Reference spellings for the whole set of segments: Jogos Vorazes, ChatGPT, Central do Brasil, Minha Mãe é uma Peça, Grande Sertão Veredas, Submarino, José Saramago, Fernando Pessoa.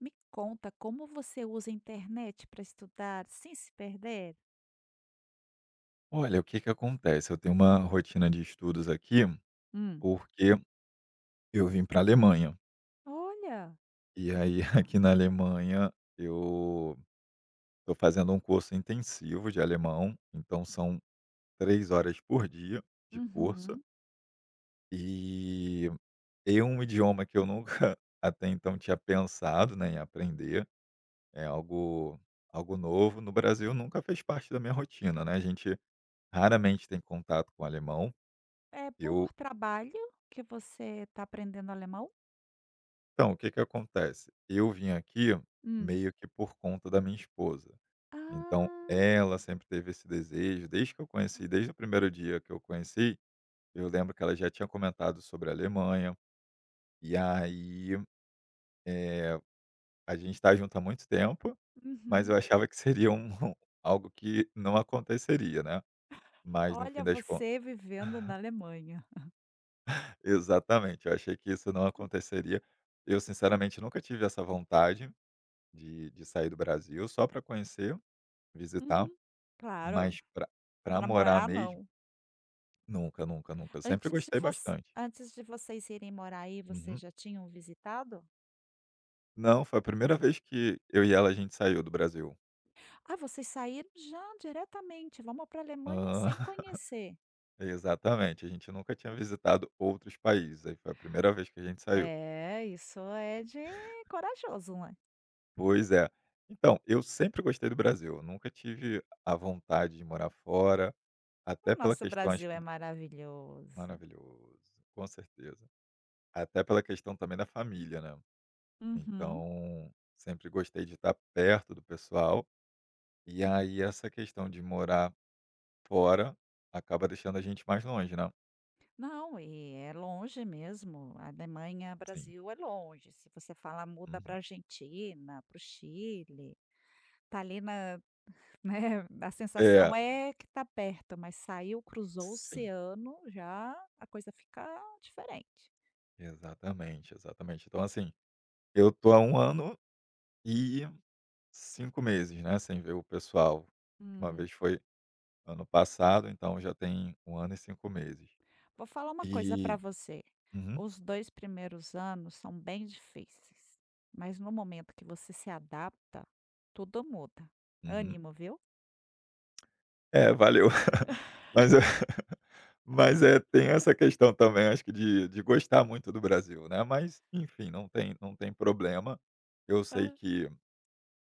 Me conta como você usa a internet para estudar sem se perder? Olha, o que que acontece, eu tenho uma rotina de estudos aqui, Hum. porque eu vim para a Alemanha. Olha, E aí aqui na Alemanha eu estou fazendo um curso intensivo de alemão, então são 3 horas por dia de curso, uhum. e é um idioma que eu nunca até então tinha pensado, né, em aprender, é algo novo. No Brasil nunca fez parte da minha rotina, né, a gente raramente tem contato com alemão. É Eu por trabalho que você está aprendendo alemão? Então, o que que acontece? Eu vim aqui Hum. meio que por conta da minha esposa. Então, Ah, ela sempre teve esse desejo, desde que eu conheci, desde o primeiro dia que eu conheci, eu lembro que ela já tinha comentado sobre a Alemanha. E aí, eh, a gente está junto há muito tempo, mas uhum. eu achava que seria um algo que não aconteceria, né. Mas no fim Olha, das contas você vivendo na Alemanha. exatamente, eu achei que isso não aconteceria. Eu sinceramente nunca tive essa vontade de sair do Brasil só para conhecer, visitar. Uhum. Claro, Mas pra para morar morar mesmo, não. nunca, nunca, nunca. Eu sempre Antes de gostei voc bastante. antes de vocês irem morar aí, vocês Uhum. já tinham visitado? Não, foi a primeira vez que eu e ela, a gente saiu do Brasil. Ah, vocês saíram já diretamente, vamos para a Alemanha Hã. sem conhecer. Exatamente, a gente nunca tinha visitado outros países, aí foi a primeira vez que a gente saiu. É, isso é de corajoso, né? Pois é. Então, eu sempre gostei do Brasil, eu nunca tive a vontade de morar fora, até O pela nosso questão acho Brasil que é maravilhoso. maravilhoso, com certeza. Até pela questão também da família, né. Uhum. Então, sempre gostei de estar perto do pessoal. E aí essa questão de morar fora acaba deixando a gente mais longe, né. Não, e é longe mesmo. A Alemanha, Sim. Brasil é longe. Se você fala, muda Uhum. para Argentina, para o Chile, tá ali na, né, a sensação É, é que tá perto, mas saiu, cruzou o sim, oceano, já a coisa fica diferente. exatamente, exatamente. Então, assim, eu tô há 1 ano e 5 meses, né, sem ver o pessoal. Uma Hum. vez foi ano passado, então já tem 1 ano e 5 meses. Vou falar uma coisa para E você. uhum, Os 2 primeiros anos são bem difíceis, mas no momento que você se adapta, tudo muda. uhum. Ânimo, viu? É, valeu. Mas, é, mas, é, tem essa questão também, acho que de gostar muito do Brasil, né, mas enfim, não tem problema. Eu sei Hã. que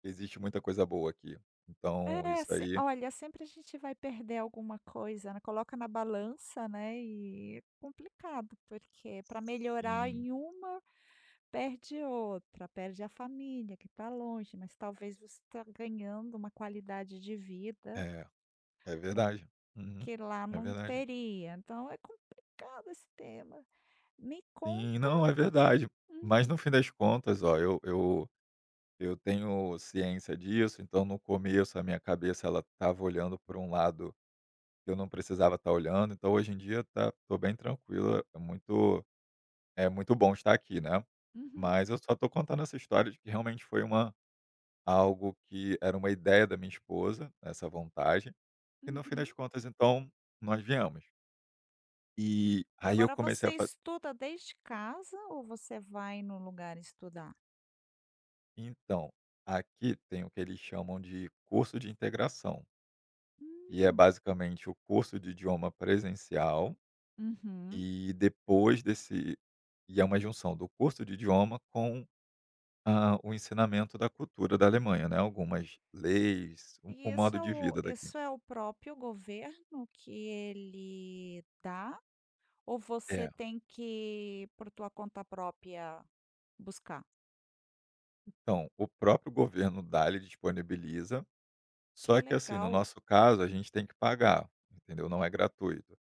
existe muita coisa boa aqui, então É, isso se aí olha, sempre a gente vai perder alguma coisa, né, coloca na balança, né, e é complicado, porque para melhorar sim, em uma, perde outra, perde a família que está longe, mas talvez você está ganhando uma qualidade de vida é, é no verdade. Uhum. que lá É não verdade. teria, então é complicado esse tema. Me Sim, conta. não, é verdade. Hum, Mas no fim das contas, ó, eu tenho ciência disso, então no começo a minha cabeça ela estava olhando por um lado. Eu não precisava estar olhando, então hoje em dia tô bem tranquilo, é muito bom estar aqui, né. uhum, Mas eu só tô contando essa história de que realmente foi uma algo que era uma ideia da minha esposa, essa vontade, e no fim uhum. das contas então, nós viemos. E E aí eu agora comecei você a fa estuda desde casa ou você vai no lugar estudar? Então, aqui tem o que eles chamam de curso de integração, e é Hum, basicamente o curso de idioma presencial, uhum. e depois desse e é uma junção do curso de idioma com. Ah, o ensinamento da cultura da Alemanha, né, algumas leis, o E isso modo é de o vida daqui. isso é o próprio governo que ele dá ou você É. tem que, por tua conta própria, buscar? Então, o próprio governo dá, ele disponibiliza, Que só que assim, no legal. nosso caso, a gente tem que pagar, entendeu, não é gratuito.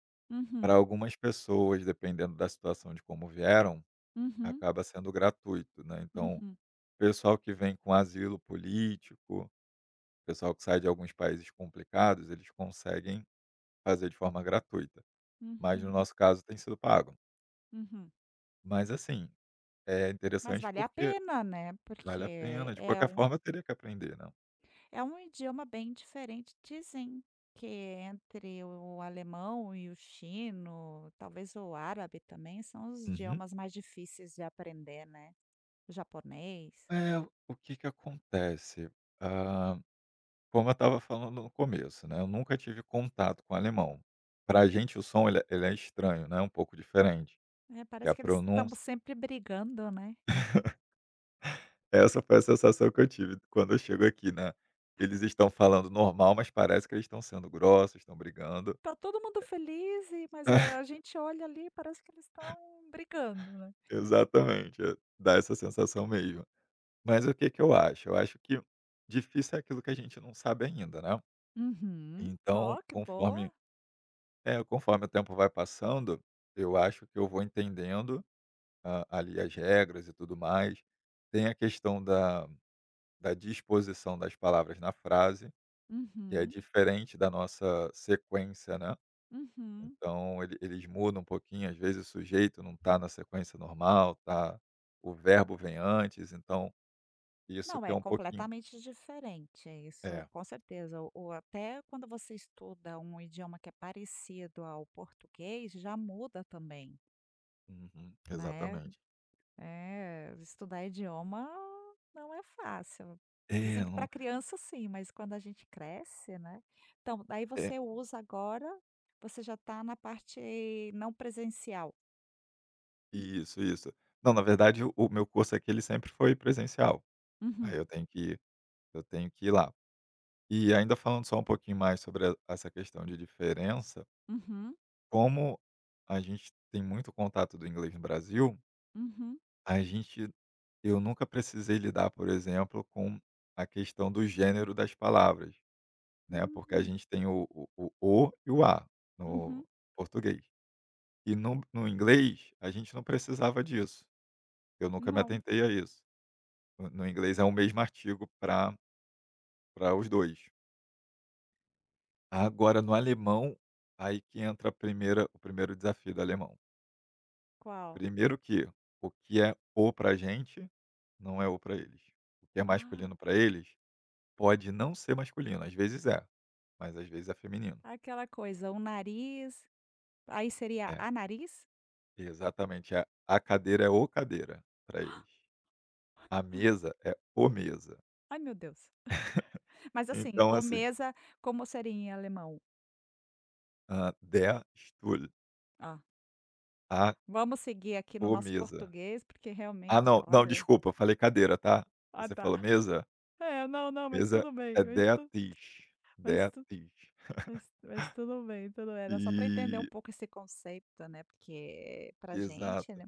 Para Uhum, algumas pessoas, dependendo da situação de como vieram, uhum, acaba sendo gratuito, né, então, uhum, pessoal que vem com asilo político, pessoal que sai de alguns países complicados, eles conseguem fazer de forma gratuita, mas no uhum, nosso caso tem sido pago. uhum. Mas assim, é Mas interessante vale a porque pena, né, vale a porque pena, de é qualquer um forma eu teria que aprender, né. é um idioma bem diferente. Dizem que entre o alemão e o chino, talvez o árabe também, são os Uhum. idiomas mais difíceis de aprender, né. O japonês. Eh, o que que acontece? Ah, como eu estava falando no começo, né, eu nunca tive contato com alemão. Para a gente o som ele é estranho, né, um pouco diferente, É, que parece a que eles estão pronúncia sempre brigando, né. essa foi a sensação que eu tive quando eu chego aqui, né. Eles estão falando normal, mas parece que eles estão sendo grossos, estão brigando. Tá todo mundo feliz e mas a a gente olha ali e parece que eles estão brigando, né. Exatamente, é, dá essa sensação mesmo. Mas o que que eu acho? Eu acho que difícil é aquilo que a gente não sabe ainda, né. Uhum. Então, Ó, que boa. Conforme o tempo vai passando, eu acho que eu vou entendendo, ali as regras e tudo mais. Tem a questão da disposição das palavras na frase, que é Uhum, diferente da nossa sequência, né. uhum. Então eles mudam um pouquinho, às vezes o sujeito não está na sequência normal, tá, o verbo vem antes, então isso Não, que é é um pouquinho completamente diferente, é isso é, com certeza. Ou até quando você estuda um idioma que é parecido ao português, já muda também, uhum, né? exatamente. É, estudar idioma não é fácil. Dizem É, que para não criança sim, mas quando a gente cresce, né? Então, daí é, você usa agora, você já está na parte não presencial. isso, isso. Não, na verdade, o meu curso aqui ele sempre foi presencial, aí Uhum, eu tenho que ir lá. E ainda falando só um pouquinho mais sobre a essa questão de diferença, uhum, como a gente tem muito contato do inglês no Brasil, uhum, a gente eu nunca precisei lidar, por exemplo, com a questão do gênero das palavras, né, porque a uhum, gente tem o "o" e o "a" no uhum. português. E no inglês, a gente não precisava disso, eu nunca me Não. atentei a isso. No inglês é o mesmo artigo para os 2. Agora no alemão, aí que entra a primeira o primeiro desafio do alemão. Qual? Primeiro que o que é "o" pra gente, não é "o" pra eles. O que é Ah. masculino pra eles, pode não ser masculino, às vezes é, mas às vezes é feminino. Aquela coisa, o nariz, aí seria É, a nariz? exatamente, é a cadeira é "o" cadeira pra eles. A mesa é "o" mesa. Ai meu Deus. Mas assim, Então o assim, mesa, como seria em alemão? Der Stuhl, Ah, a vamos seguir aqui no "o" nosso mesa. português, porque Ah, realmente, não. Não, olha, desculpa, eu falei cadeira, tá? ah, Você tá. falou mesa? É, não, não, mas Mesa tudo bem, é mas tu deatis, mas tu deatis. Mas tudo bem, era só para entender um E pouco esse conceito, né, porque pra gente, Exato. né,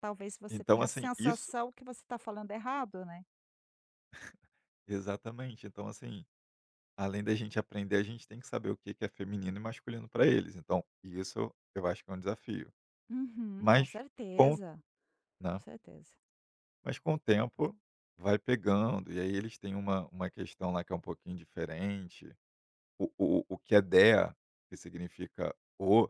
talvez você Então, tenha a assim, isso sensação que você está falando errado, né. exatamente. Então, assim, além da gente aprender, a gente tem que saber o que que é feminino e masculino para eles. Então, isso eu acho que é um desafio. Uhum, com Mas com certeza, com Né, certeza. mas com o tempo vai pegando, e aí eles têm uma questão lá que é um pouquinho diferente. O que é dea, que significa "o".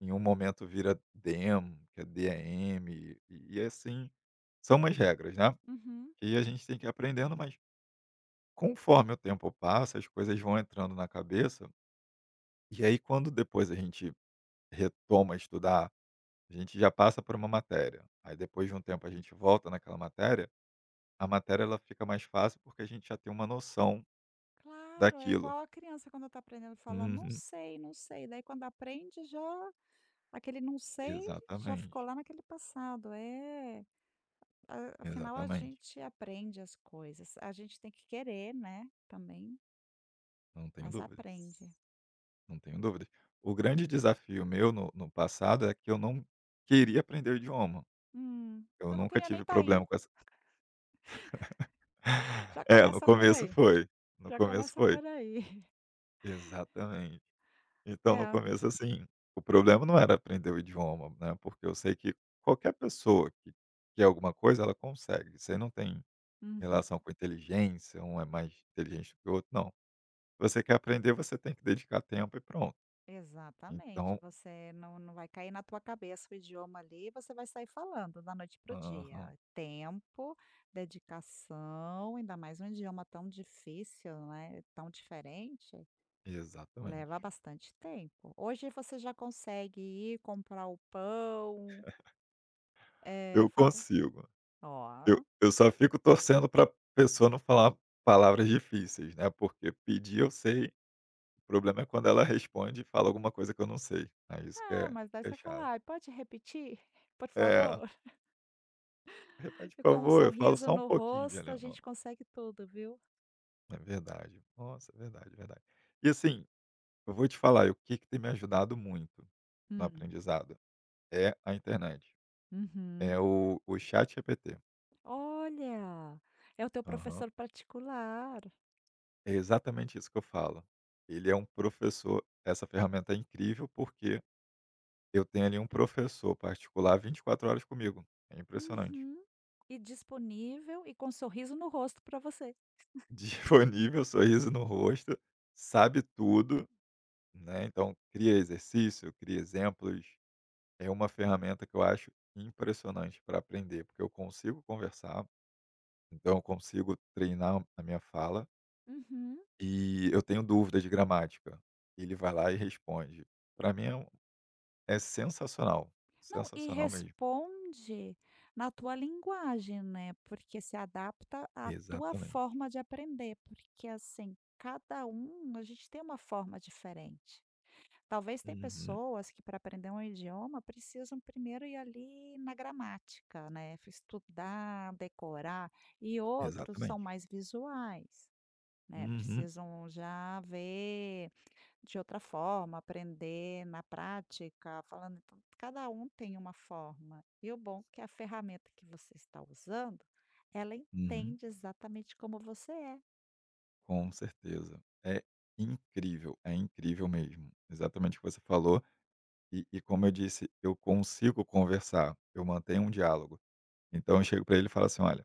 Em um momento vira DEM, que é DM, e assim, são umas regras, né, Uhum. que a gente tem que ir aprendendo, mas conforme o tempo passa, as coisas vão entrando na cabeça, e aí quando depois a gente retoma a estudar, a gente já passa por uma matéria, aí depois de um tempo a gente volta naquela matéria, a matéria ela fica mais fácil porque a gente já tem uma noção Claro, é daquilo. igual a criança quando está aprendendo, fala: "Não Uhum. sei, não sei", daí quando aprende já aquele não sei já ficou Exatamente, lá naquele passado, é, a afinal a exatamente, gente aprende as coisas, a gente tem que querer, né, também, não tenho mas dúvidas. aprende. Não tenho dúvidas. O grande desafio meu no passado é que eu não queria aprender o idioma. Eu Você não nunca queria nem tive estar aí, problema com essa já É, no começa por começo aí, foi, no já começo começa foi. por aí. Exatamente. Então no É. começo, assim, o problema não era aprender o idioma, né, porque eu sei que qualquer pessoa que quer alguma coisa, ela consegue. Você não tem Uhum. relação com inteligência, um é mais inteligente que o outro, não. Você quer aprender, você tem que dedicar tempo e pronto. Exatamente, Então, você não vai cair na tua cabeça o idioma ali e você vai sair falando da noite para o aham, dia. Tempo, dedicação, ainda mais um idioma tão difícil, né, tão diferente, leva exatamente. bastante tempo. Hoje você já consegue ir comprar o pão, é Eu fala, consigo. Eu ó, eu só fico torcendo pra pessoa não falar palavras difíceis, né, porque pedir eu sei, o problema é quando ela responde e fala alguma coisa que eu não sei, aí isso que ah, é mas daí que é você fala: chato. "Ai, pode repetir, por É. favor?" "Repete, E por com um favor", eu falo sorriso só um no pouquinho de rosto a alemão. gente consegue tudo, viu. É verdade. Nossa, é verdade, é verdade. E assim, eu vou te falar, e o que que tem me ajudado muito no Hum, aprendizado, é a internet, uhum. é o ChatGPT. Olha, é o teu Aham. professor particular. É exatamente isso que eu falo. Ele é um professor, essa ferramenta é incrível porque eu tenho ali um professor particular 24 horas comigo, é impressionante. Uhum. E disponível e com um sorriso no rosto para você. Disponível, sorriso no rosto, sabe tudo, né, então cria exercício, cria exemplos, é uma ferramenta que eu acho impressionante para aprender, porque eu consigo conversar, então eu consigo treinar a minha fala, Uhum. e eu tenho dúvida de gramática, ele vai lá e responde. Para mim é sensacional, Não, e sensacional mesmo. responde na tua linguagem, né, porque se adapta à tua Exatamente. forma de aprender, porque, assim, cada um a gente tem uma forma diferente. Talvez tem Uhum, pessoas que para aprender um idioma precisam primeiro ir ali na gramática, né, estudar, decorar, e outros são exatamente. mais visuais, né, Uhum, precisam já ver de outra forma, aprender na prática, falando, então, cada um tem uma forma. E o bom é que a ferramenta que você está usando, ela uhum. entende exatamente como você é. Com certeza. É incrível mesmo. Exatamente o que você falou. E, como eu disse, eu consigo conversar, eu mantenho um diálogo. Então eu chego para ele e falo assim: olha,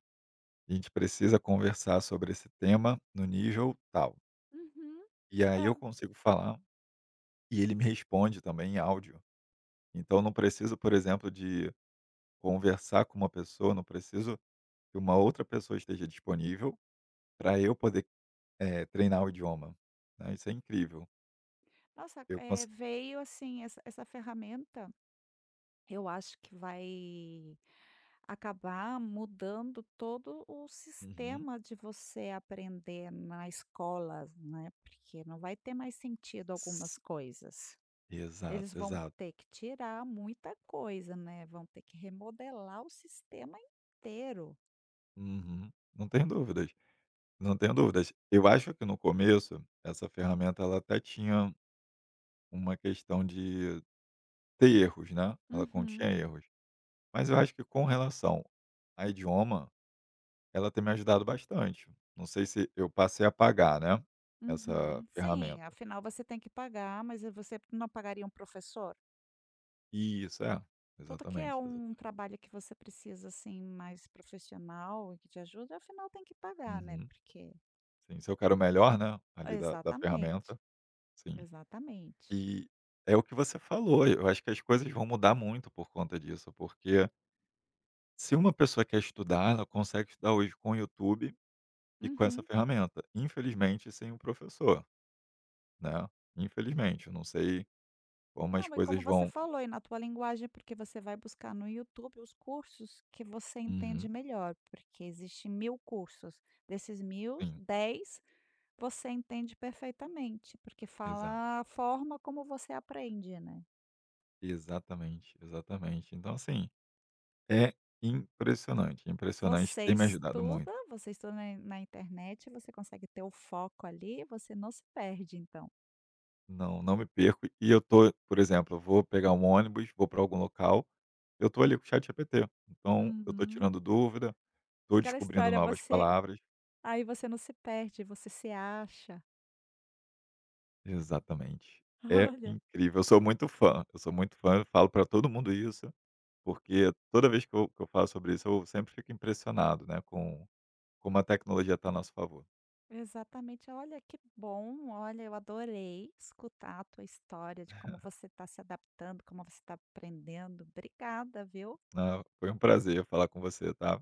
a gente precisa conversar sobre esse tema no nível tal. Uhum. E aí É, eu consigo falar e ele me responde também em áudio. Então não preciso, por exemplo, de conversar com uma pessoa, não preciso que uma outra pessoa esteja disponível para eu poder treinar o idioma, né? Isso é incrível. nossa, Eu veio assim essa ferramenta. Eu acho que vai acabar mudando todo o consigo. sistema de você aprender na escola, né, porque não vai ter mais sentido algumas coisas. Exato, Eles vão exato. ter que tirar muita coisa, né, vão ter que remodelar o sistema inteiro. Uhum. Não tenho dúvidas, não tenho dúvidas. Eu acho que no começo, essa ferramenta ela até tinha uma questão de ter erros, né, ela Uhum, continha erros. Mas eu acho que com relação a idioma, ela tem me ajudado bastante. Não sei se eu passei a pagar, né, essa uhum. Sim, ferramenta. afinal você tem que pagar, mas você não pagaria um professor? Isso, é. Tudo que é Exatamente, um exatamente. trabalho que você precisa, assim, mais profissional e que te ajuda, afinal tem que pagar, né, Uhum. porque Sim, se eu quero o melhor, né, ali da exatamente, ferramenta, sim. exatamente. E é o que você falou, eu acho que as coisas vão mudar muito por conta disso, porque se uma pessoa quer estudar, ela consegue estudar hoje com o YouTube e com essa Uhum. ferramenta. Infelizmente, sem o professor, né? Infelizmente, eu não sei como as Não, e coisas como você vão. falou, e na tua linguagem, porque você vai buscar no YouTube os cursos que você Uhum, entende melhor, porque existe 1.000 cursos, desses 1.000, sim, 10 você entende perfeitamente, porque exato. fala a forma como você aprende, né. Exatamente, exatamente. Então, assim, é impressionante, impressionante, Você tem me ajudado muito. estuda, você estuda na internet, você consegue ter o foco ali, você não se perde então. Não, não me perco. E eu tô, por exemplo, eu vou pegar um ônibus, vou para algum local. Eu estou ali com o ChatGPT, então eu estou Uhum. tirando dúvida, estou Aquela descobrindo história, novas você palavras. aí você não se perde, você se acha. Exatamente. É Olha. incrível, eu sou muito fã, eu sou muito fã, eu falo para todo mundo isso, porque toda vez que eu falo sobre isso, eu sempre fico impressionado, né, com como a tecnologia está a nosso favor, Exatamente. Olha que bom, olha, eu adorei escutar a tua história de como você está se adaptando, como você está aprendendo. Obrigada, viu? né. Foi um prazer falar com você, tá.